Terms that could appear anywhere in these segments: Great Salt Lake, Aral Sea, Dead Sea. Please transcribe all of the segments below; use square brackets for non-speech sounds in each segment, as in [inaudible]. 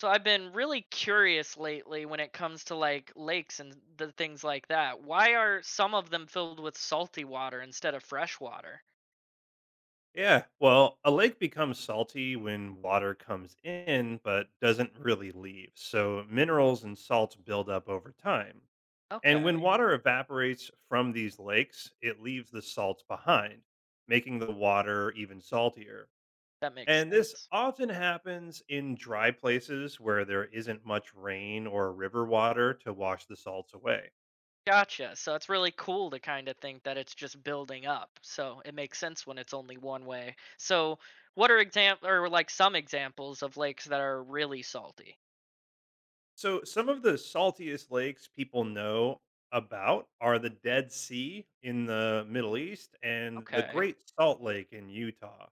So I've been really curious lately when it comes to like lakes and the things like that. Why are some of them filled with salty water instead of fresh water? Yeah, well, a lake becomes salty when water comes in but doesn't really leave. So minerals and salts build up over time. And Okay, when water evaporates from these lakes, it leaves the salts behind, making the water even saltier. that makes And this sense. often happens in dry places where there isn't much rain or river water to wash the salts away. Gotcha. So it's really cool to kind of think that it's just building up. So it makes sense when it's only one way. So what are example or like some examples of lakes that are really salty? So, some of the saltiest lakes people know about are the Dead Sea in the Middle East and the Okay. Great Salt Lake in Utah.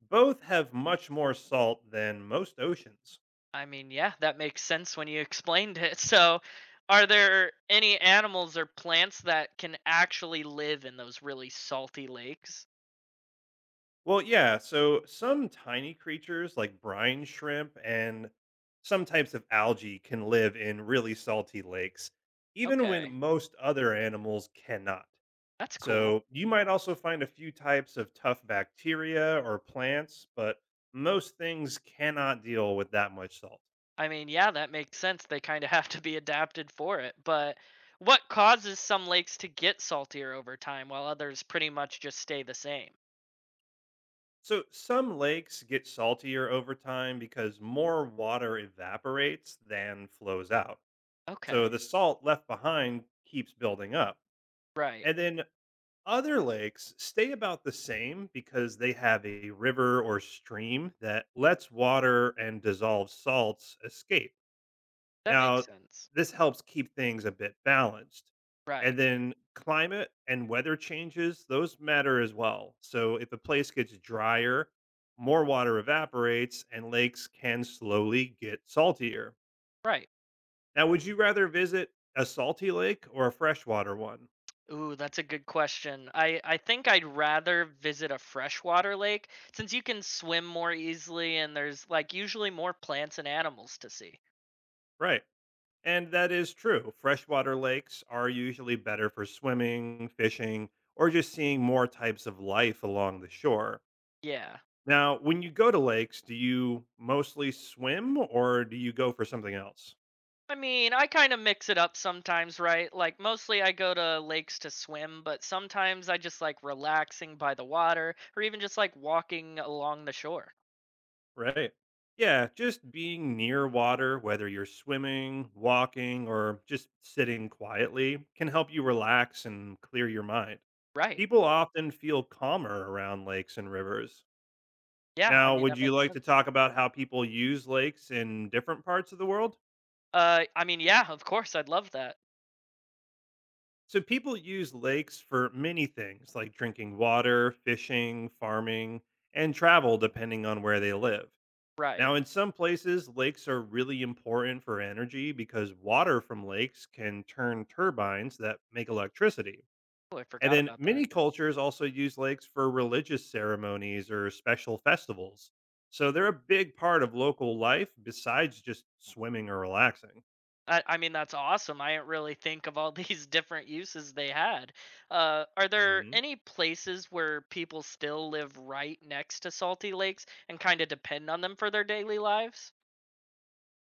Both have much more salt than most oceans. I mean, yeah, that makes sense when you [laughs] explained it. So, are there any animals or plants that can actually live in those really salty lakes? Well, yeah, so some tiny creatures like brine shrimp and some types of algae can live in really salty lakes, even when Okay, most other animals cannot. that's cool. So you might also find a few types of tough bacteria or plants, but most things cannot deal with that much salt. I mean, yeah, that makes sense. They kind of [laughs] have to be adapted for it. But what causes some lakes to get saltier over time while others pretty much just stay the same? So some lakes get saltier over time because more water evaporates than flows out. Okay, So the salt left behind keeps building up. right. And then other lakes stay about the same because they have a river or stream that lets water and dissolved salts escape. That makes Now, sense. this helps keep things a bit balanced. Right, And then climate and weather changes, those matter as well. So if a place gets drier, more water evaporates and lakes can slowly get saltier. right. Now, would you rather visit a salty lake or a freshwater one? Ooh, that's a good question. I think I'd rather visit a freshwater lake since you can swim more easily and there's like usually more plants and animals to see. Right. And that is true. Freshwater lakes are usually better for swimming, fishing, or just seeing more types of life along the shore. Yeah. Now, when you go to lakes, do you mostly swim or do you go for something else? I mean, I kind of mix it up sometimes, right? Like mostly I go to lakes to swim, but sometimes I just like relaxing by the water or even just like walking along the shore. Right. Yeah, just being near water, whether you're swimming, walking, or just sitting quietly, can help you relax and clear your mind. Right. People often feel calmer around lakes and rivers. Yeah, I Now, mean would that you makes like to sense. talk about how people use lakes in different parts of the world? I mean, yeah, of course I'd love that. So people use lakes for many things like drinking water, fishing, farming, and travel depending on where they live. Right. Now, in some places, lakes are really important for energy because water from lakes can turn turbines that make electricity. Oh, I And forgot then about that. many cultures also use lakes for religious ceremonies or special festivals. So they're a big part of local life besides just swimming or relaxing. I mean, that's awesome. I didn't really think of all these [laughs] different uses they had. Are there Mhm. any places where people still live right next to salty lakes and kind of depend on them for their daily lives?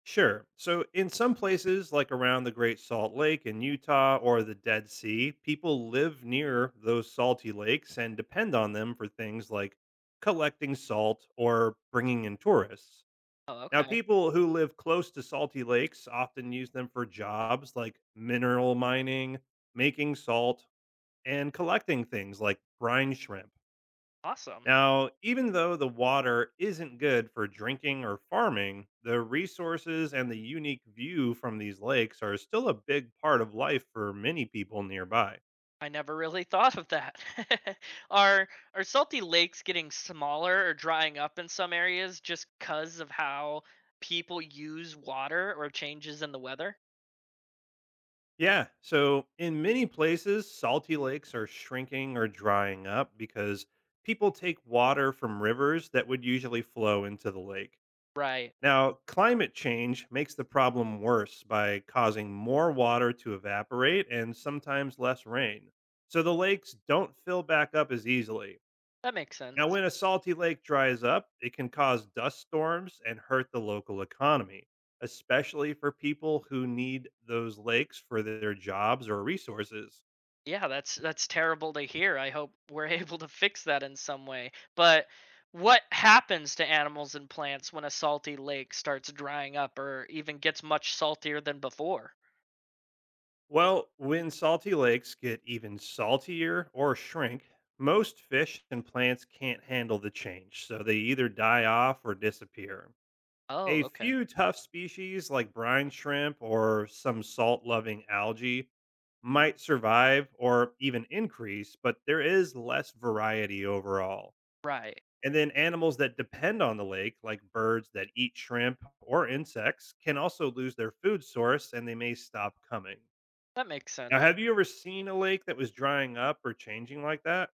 Sure. So, in some places, like around the Great Salt Lake in Utah or the Dead Sea, people live near those salty lakes and depend on them for things like collecting salt or bringing in tourists. Oh, Now, okay. people who live close to salty lakes often use them for jobs like mineral mining, making salt, and collecting things like brine shrimp. Awesome. Now, even though the water isn't good for drinking or farming, the resources and the unique view from these lakes are still a big part of life for many people nearby. I never really [laughs] thought of that. [laughs] are are salty lakes getting smaller or drying up in some areas just because of how people use water or changes in the weather? Yeah, so in many places, salty lakes are shrinking or drying up because people take water from rivers that would usually flow into the lake. Right. Now, climate change makes the problem worse by causing more water to evaporate and sometimes less rain. So the lakes don't fill back up as easily. That makes Now, sense. when a salty lake dries up, it can cause dust storms and hurt the local economy, especially for people who need those lakes for their jobs or resources. Yeah, that's terrible to hear. I hope we're [laughs] able to fix that in some way. But what happens to animals and plants when a salty lake starts drying up or even gets much saltier than before? Well, when salty lakes get even saltier or shrink, most fish and plants can't handle the change, so they either die off or disappear. A Oh, okay. few tough species like brine shrimp or some salt loving algae might survive or even increase, but there is less variety overall. Right. And then animals that depend on the lake, like birds that eat shrimp or insects, can also lose their food source and they may stop coming. That makes Now, sense. have you ever seen a lake that was drying up or changing like that?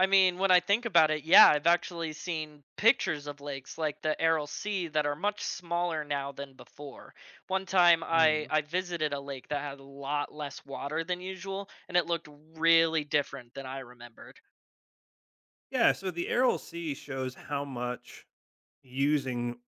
I mean, when I think about it, yeah, I've actually seen pictures of lakes like the Aral Sea that are much smaller now than before. One time I, Mhm. I visited a lake that had a lot less water than usual, and it looked really different than I remembered. Yeah, so the Aral Sea shows how much using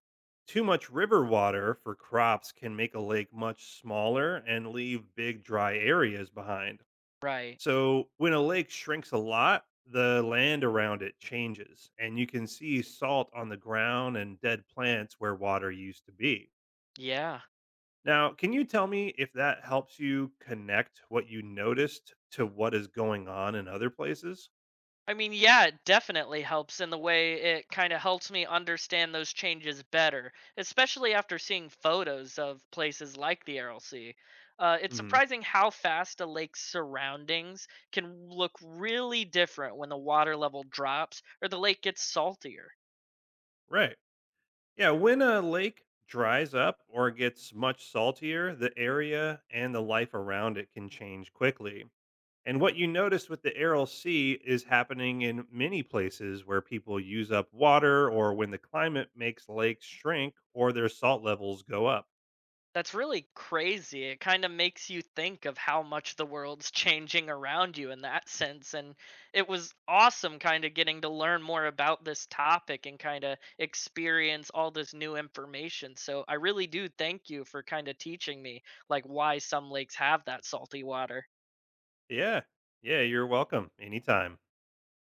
too much river water for crops can make a lake much smaller and leave big dry areas behind. Right. So, when a lake shrinks a lot, the land around it changes, and you can see salt on the ground and dead plants where water used to be. Yeah. Now, can you tell me if that helps you connect what you noticed to what is going on in other places? I mean, yeah, it definitely helps in the way it kind of helps me understand those changes better, especially after seeing photos of places like the RLC. It's Hmm. surprising how fast a lake's surroundings can look really different when the water level drops or the lake gets saltier. Right. Yeah. When a lake dries up or gets much saltier, the area and the life around it can change quickly. And what you notice with the Aral Sea is happening in many places where people use up water or when the climate makes lakes shrink or their salt levels go up. That's really crazy. It kind of makes you think of how much the world's changing around you in that sense. And it was awesome kind of getting to learn more about this topic and kind of experience all this new information. So I really do thank you for kind of teaching me like why some lakes have that salty water. Yeah. Yeah. You're welcome. Anytime.